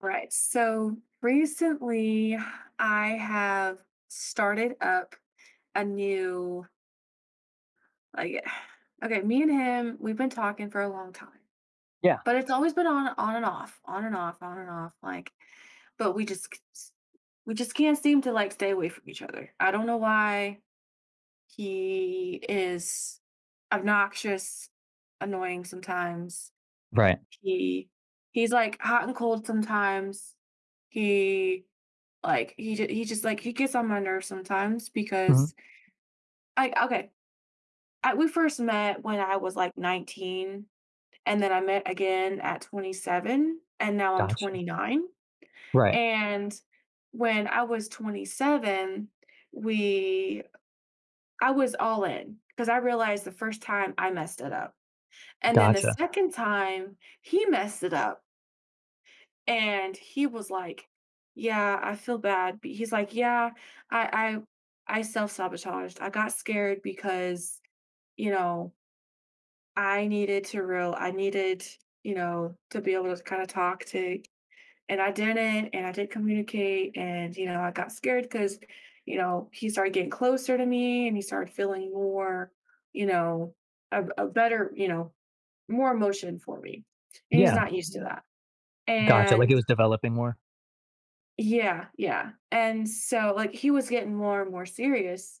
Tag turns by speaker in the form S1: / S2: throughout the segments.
S1: Right. So recently I have started up a new like okay, me and him, we've been talking for a long time.
S2: Yeah.
S1: But it's always been on on and off, like but we just can't seem to like stay away from each other. I don't know why. He is obnoxious, annoying sometimes.
S2: Right.
S1: He he's, like, hot and cold sometimes. He, he just, like, he gets on my nerves sometimes
S2: Mhm.
S1: because, like, okay, I we first met when I was, like, 19, and then I met again at 27, and now I'm
S2: Gotcha.
S1: 29.
S2: Right.
S1: And when I was 27, we I was all in because I realized the first time I messed it up, and then the
S2: Gotcha.
S1: second time, he messed it up. And he was like, "Yeah, I feel bad." But he's like, "Yeah, I I self-sabotaged. I got scared because, you know, I needed, you know, to be able to kind of talk to, and I didn't and I did communicate. And you know, I got scared cuz you know, he started getting closer to me and he started feeling more, you know, a better, you know, more emotion for me. And he's
S2: Yeah.
S1: not used to, mhm, that.
S2: Gotcha, like,
S1: And
S2: it was developing more.
S1: yeah, yeah. And so like he was getting more and more serious.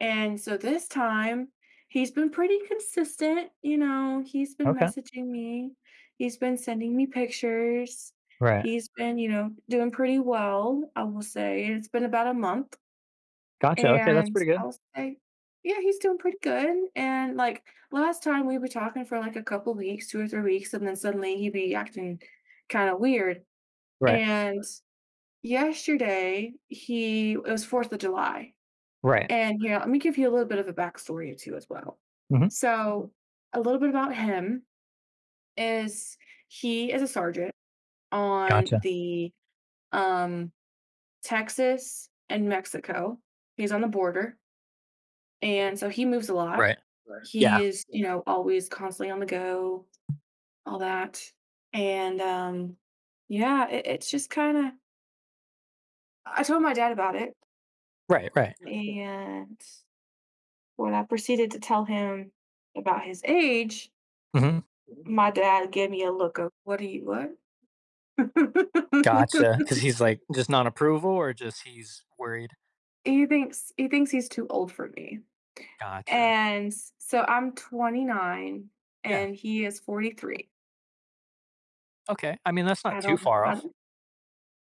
S1: And so this time he's been pretty consistent. You know, he's been
S2: Okay.
S1: messaging me, he's been sending me pictures.
S2: Right.
S1: He's been, you know, doing pretty well, I will say. It's been about a month,
S2: Gotcha, okay, that's
S1: and
S2: pretty good.
S1: I'll say yeah, he's doing pretty good. And like last time we were talking for like a couple weeks, 2 or 3 weeks, and then suddenly he'd be acting kind of weird.
S2: Right.
S1: And yesterday, he it was 4th of July,
S2: Right.
S1: and here, let me give you a little bit of a backstory too as well. Mhm.
S2: Mhm.
S1: So, a little bit about him is he is a sergeant on
S2: Gotcha.
S1: the, um, Texas and Mexico. He's on the border, and so he moves a lot.
S2: Right.
S1: Right.
S2: Yeah.
S1: He is, yeah, you know, always constantly on the go, all that, and, yeah, it it's just kinda, I told my dad about it.
S2: Right, right.
S1: Right. And when I proceeded to tell him about his age,
S2: Mhm.
S1: my dad gave me a look of, "What do you what?"
S2: Because he's, like, just non-approval, or just he's worried?
S1: He thinks he's too old for me,
S2: Gotcha.
S1: and so I'm 29
S2: Yeah.
S1: and he is 43.
S2: Okay. I mean, that's not too far
S1: I
S2: off.
S1: don't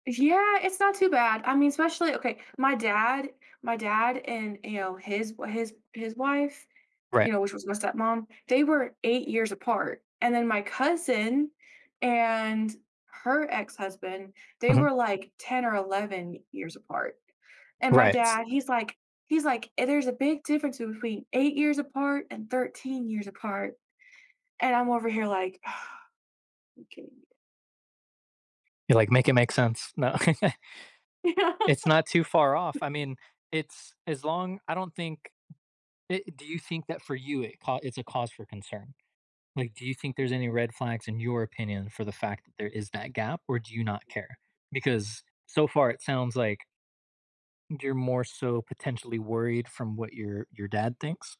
S1: Yeah, it's not too bad. I mean, especially okay, my dad and, you know, his wife,
S2: Right.
S1: you know, which was my stepmom, they were 8 years apart. And then my cousin and her ex-husband, they
S2: Mhm.
S1: were, like, 10 or 11 years apart. And my
S2: Right. S
S1: dad, he's like, "Eh, there's a big difference between 8 years apart and 13 years apart." And I'm over here like, "Are you kidding
S2: you're like, "Make it make sense." No.
S1: me?"
S2: It's not too far off. I mean, it's as long I don't think I do you think that for you, it's a cause for concern? Like, do you think there's any red flags in your opinion for the fact that there is that gap, or do you not care? Because so far it sounds like you're more so potentially worried from what your dad thinks.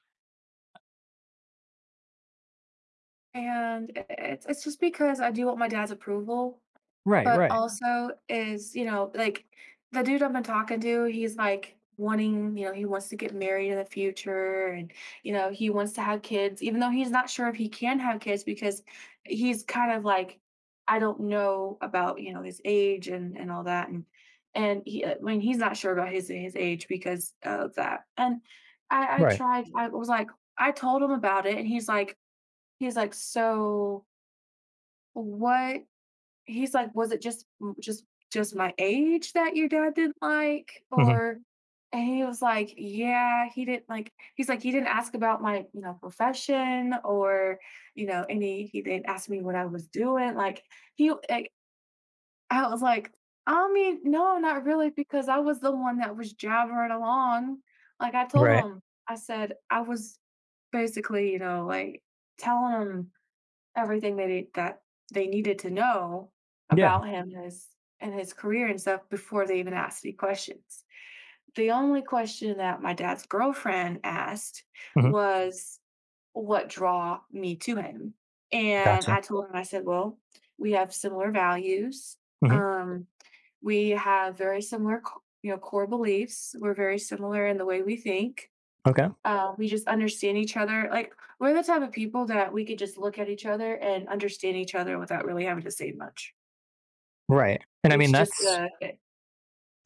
S1: And it's just because I do want my dad's approval.
S2: Right,
S1: But, mm,
S2: right,
S1: also is, you know, like, the dude I've been talking to, he's, like, wanting, you know, he wants to get married in the future, and, you know, he wants to have kids, even though he's not sure if he can have kids because he's kind of like, "I don't know about, you know, his age and all that," and he I mean, he's not sure about his age because of that. And I
S2: right,
S1: tried, mm, I was like, I told him about it, and he's like, "So, what? Was it just just my age that your dad didn't like?"
S2: hmm,
S1: Or, and he was like, "Yeah, he didn't like," he's like, "He didn't ask about my, you know, profession or, you know, any, he didn't ask me what I was doing." Like, he like, I was like, "I mean, no, not really, because I was the one that was jabbering along." Like, I told
S2: right.
S1: him, I said I was basically, you know, like, telling him everything that it that they needed to know
S2: Yeah,
S1: about him and his career and stuff before they even asked any questions. The only question that my dad's girlfriend asked
S2: mhm,
S1: was what draw me to him. And I
S2: gotcha.
S1: told him, I said, well, we have similar values.
S2: Mhm,
S1: Um, we have very similar, you know, core beliefs. We're very similar in the way we think.
S2: okay,
S1: Uh, we just understand each other. Like we're the type of people that we could just look at each other and understand each other without really having to say much.
S2: right, and
S1: Right.
S2: I mean that's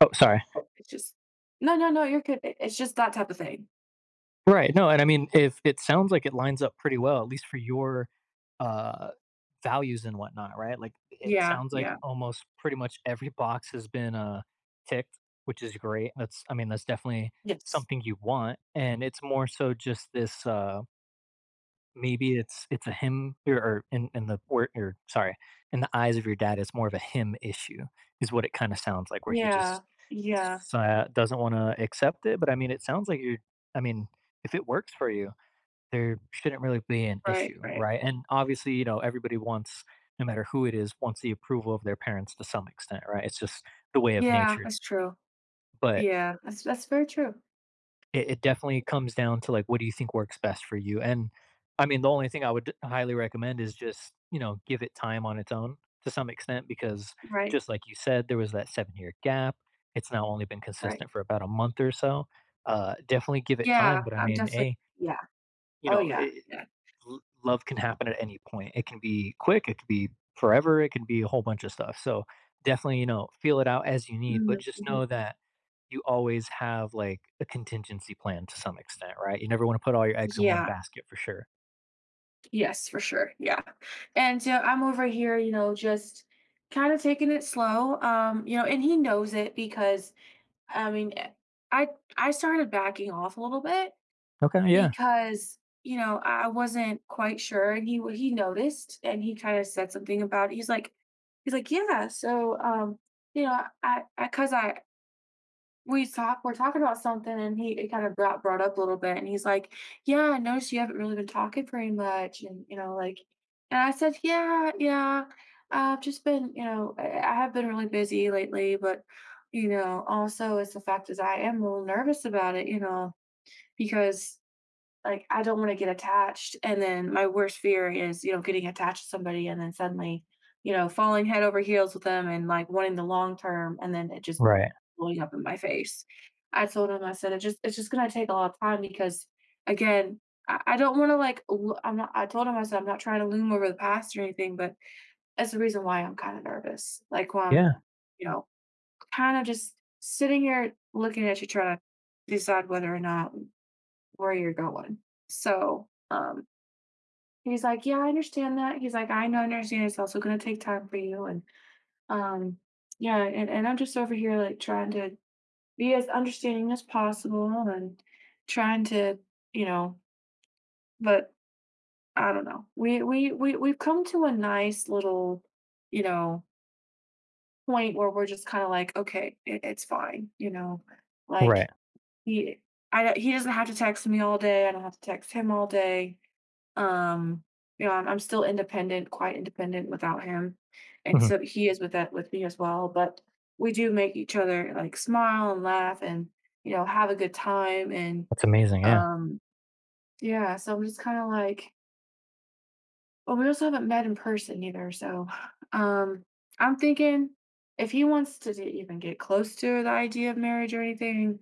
S2: oh, sorry.
S1: It's just, no, no, no. You're good. It- It's just that type of thing.
S2: Right, no, and I mean, if it sounds like it lines up pretty well, at least for your, uh, values and whatnot, right? Like, it
S1: Yeah,
S2: sounds like
S1: yeah.
S2: almost pretty much every box has been, ticked, which is great. That's I mean, that's definitely
S1: Yes.
S2: something you want, and it's more so just this, uh. Maybe it's a him or in the wor or sorry, in the eyes of your dad, it's more of a him issue is what it kinda sounds like, where he
S1: Yeah,
S2: just
S1: yeah.
S2: doesn't wanna accept it. But, I mean, it sounds like you're I mean, if it works for you, there shouldn't really be an
S1: Right,
S2: issue,
S1: right.
S2: right? And, obviously, you know, everybody wants, no matter who it is, wants the approval of their parents to some extent, right? It's just the way of
S1: Yeah,
S2: nature,
S1: that's true.
S2: but
S1: Yeah, that's very true.
S2: It definitely comes down to, like, what do you think works best for you? And, I mean, the only thing I would highly recommend is just, you know, give it time on its own to some extent because,
S1: Right,
S2: just like you said, there was that 7-year gap. It's now only been
S1: right.
S2: consistent for about a month or so. Definitely give it
S1: Yeah,
S2: time, but, I
S1: I'm
S2: mean,
S1: definitely.
S2: hey,
S1: Yeah.
S2: you
S1: Oh
S2: know, I
S1: yeah. Yeah.
S2: l love can happen at any point. It can be quick, it could be forever, it can be a whole bunch of stuff. So definitely, you know, feel it out as you need, but
S1: Hmm.
S2: just know that you always have, like, a contingency plan to some extent, right? You never want to put all your eggs in one
S1: Yeah.
S2: basket, for sure.
S1: Yes, for sure. Yeah. And I'm over here, you know, just kind of taking it slow. You know, and he knows it because, I mean, eh, I I started backing off a little bit
S2: Okay, yeah.
S1: because, you know, I wasn't quite sure and he noticed and he kind of said something about it. He's like, "Yeah, so you know, I cuz I we talk we're talking about something and he, it kind of brought up a little bit, and he's like, yeah, I noticed you haven't really been talking very much, and you know, like." And I said, yeah, yeah. I've just been, you know, I have been really busy lately, but, you know, also it's the fact is I am a little nervous about it, you know, because like I don't want to get attached and then my worst fear is, you know, getting attached to somebody and then suddenly, you know, falling head over heels with them and like wanting the long term and then it just
S2: Right.
S1: blowing up in my face. I told him, I said, " it's just gonna take a lot of time because, again, I don't wanna, like, loo—" I'm not I told him, I said, "I'm not trying to loom over the past or anything, but that's the reason why I'm kinda nervous." Like,
S2: Yeah.
S1: you know, kinda just sitting here looking at you trying to decide whether or not where you're going. So, he's like, "Yeah, I understand that." He's like, "I know, I understand it's also gonna take time for you," and, um, yeah, and I'm just over here, like, trying to be as understanding as possible and trying to, you know, but I don't know. We we've come to a nice little, you know, point where we're just kind of like, okay, it's fine, you know, like,
S2: Right.
S1: he I don't, he doesn't have to text me all day. I don't have to text him all day. Um, you know, I'm still independent, quite independent without him, and
S2: Mhm.
S1: so he is with that with me as well. But we do make each other like smile and laugh and you know have a good time. And
S2: That's amazing. Yeah.
S1: um, yeah, so I'm just kind of like, well, we also haven't met in person either. So, um, I'm thinking if he wants to even get close to the idea of marriage or anything,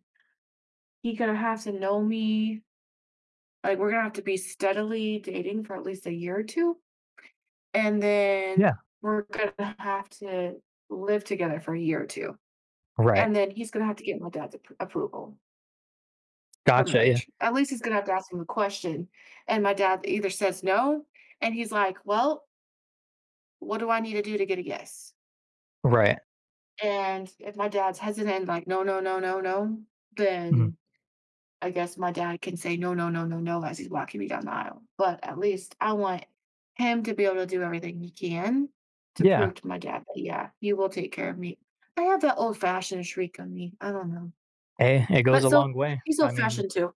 S1: he's gonna have to know me. Like, we're gonna have to be steadily dating for at least a year or 2, and then
S2: Yeah.
S1: we're gonna have to live together for a year or 2,
S2: Right.
S1: and then he's gonna have to get my dad's approval for
S2: Gotcha. Yeah.
S1: marriage. At least he's gonna have to ask him the question, and my dad either says no, and he's like, well, what do I need to do to get a yes?
S2: Right.
S1: And if my dad's hesitant, like, no, no, no, no, no,
S2: Mhm.
S1: then I guess my dad can say no, no, no, no, no as he's walking me down the aisle. But at least I want him to be able to do everything he can to
S2: Yeah.
S1: prove to my dad that, yeah, you will take care of me. I have that old fashioned shriek on me. I don't know.
S2: Hey, it goes
S1: But
S2: a
S1: so
S2: long way.
S1: he's
S2: I
S1: old
S2: mean,
S1: fashioned too.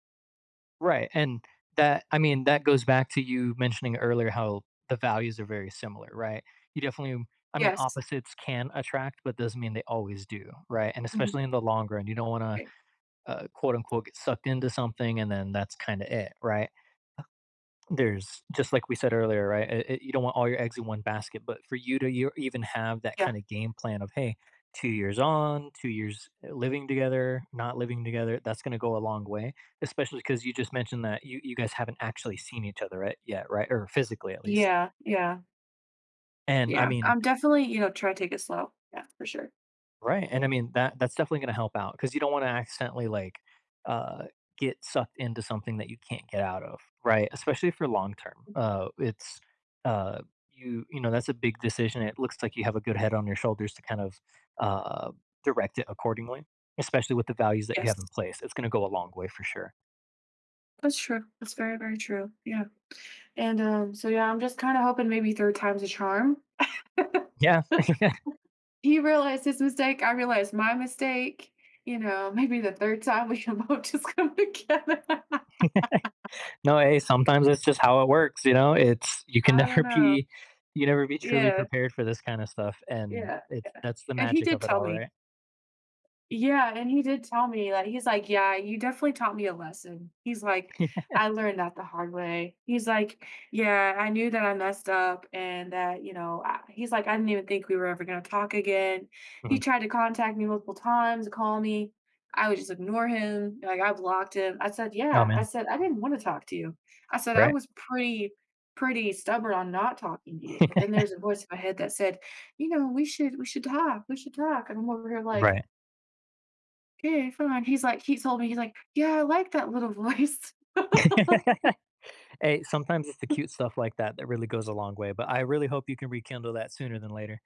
S2: right, and that, I mean, that goes back to you mentioning earlier how the values are very similar, right? You definitely I mean,
S1: Yes.
S2: opposites can attract, but doesn't mean they always do, right? And
S1: Mhm.
S2: especially in the long run, you don't want to,
S1: Right.
S2: quote unquote, get sucked into something, and then that's kind of it, right? There's just, like we said earlier, right? You don't want all your eggs in one basket, but for you to you even have that
S1: Yeah.
S2: kind of game plan of, hey, 2 years on, 2 years living together, not living together, that's going to go a long way, especially because you just mentioned that you guys haven't actually seen each other right, yet, right? Or physically at least.
S1: Yeah. Yeah.
S2: And I
S1: Yeah.
S2: mean,
S1: I'm definitely, you know, try to take it slow. Yeah, for sure.
S2: right, and I mean, that's definitely gonna help out because you don't wanna accidentally, like, uh, get sucked into something that you can't get out of, right? Especially for long term.
S1: Mhm.
S2: Uh, you know, that's a big decision. It looks like you have a good head on your shoulders to kind of, uh, direct it accordingly, especially with the values that you
S1: Yes.
S2: have in place. It's gonna go a long way for sure.
S1: That's true. That's very, very true. Yeah. And so yeah, I'm just kind of hoping maybe third time's a charm.
S2: Yeah.
S1: He realized his mistake. I realized my mistake. You know, maybe the third time we can both just come together. I
S2: No, hey, sometimes it's just how it works, you know? It's you can
S1: don't
S2: never
S1: know.
S2: be you never be truly
S1: Yeah.
S2: prepared for this kinda stuff, and
S1: Yeah.
S2: it's that's the
S1: And he
S2: magic
S1: did
S2: of it
S1: tell
S2: all,
S1: me.
S2: right?
S1: Yeah, and he did tell me that, he's like, "Yeah, you definitely taught me a lesson." He's like, "I learned that the hard way." He's like, "Yeah, I knew that I messed up and that, you know, I," he's like, "I didn't even think we were ever going to talk again." He tried to contact me multiple times, call me. I would just ignore him. Like I blocked him. I said,
S2: Oh,
S1: "Yeah." I
S2: man.
S1: said, "I didn't want to talk to you." I said, "I
S2: Right.
S1: was pretty pretty stubborn on not talking to you." But then there's a voice in my head that said, "You know, we should talk. We should talk." And I'm over here like,
S2: Right.
S1: "Okay, fine." He told me, he's like, "Yeah, I like that little voice."
S2: Hey, sometimes it's the cute stuff like that that really goes a long way, but I really hope you can rekindle that sooner than later.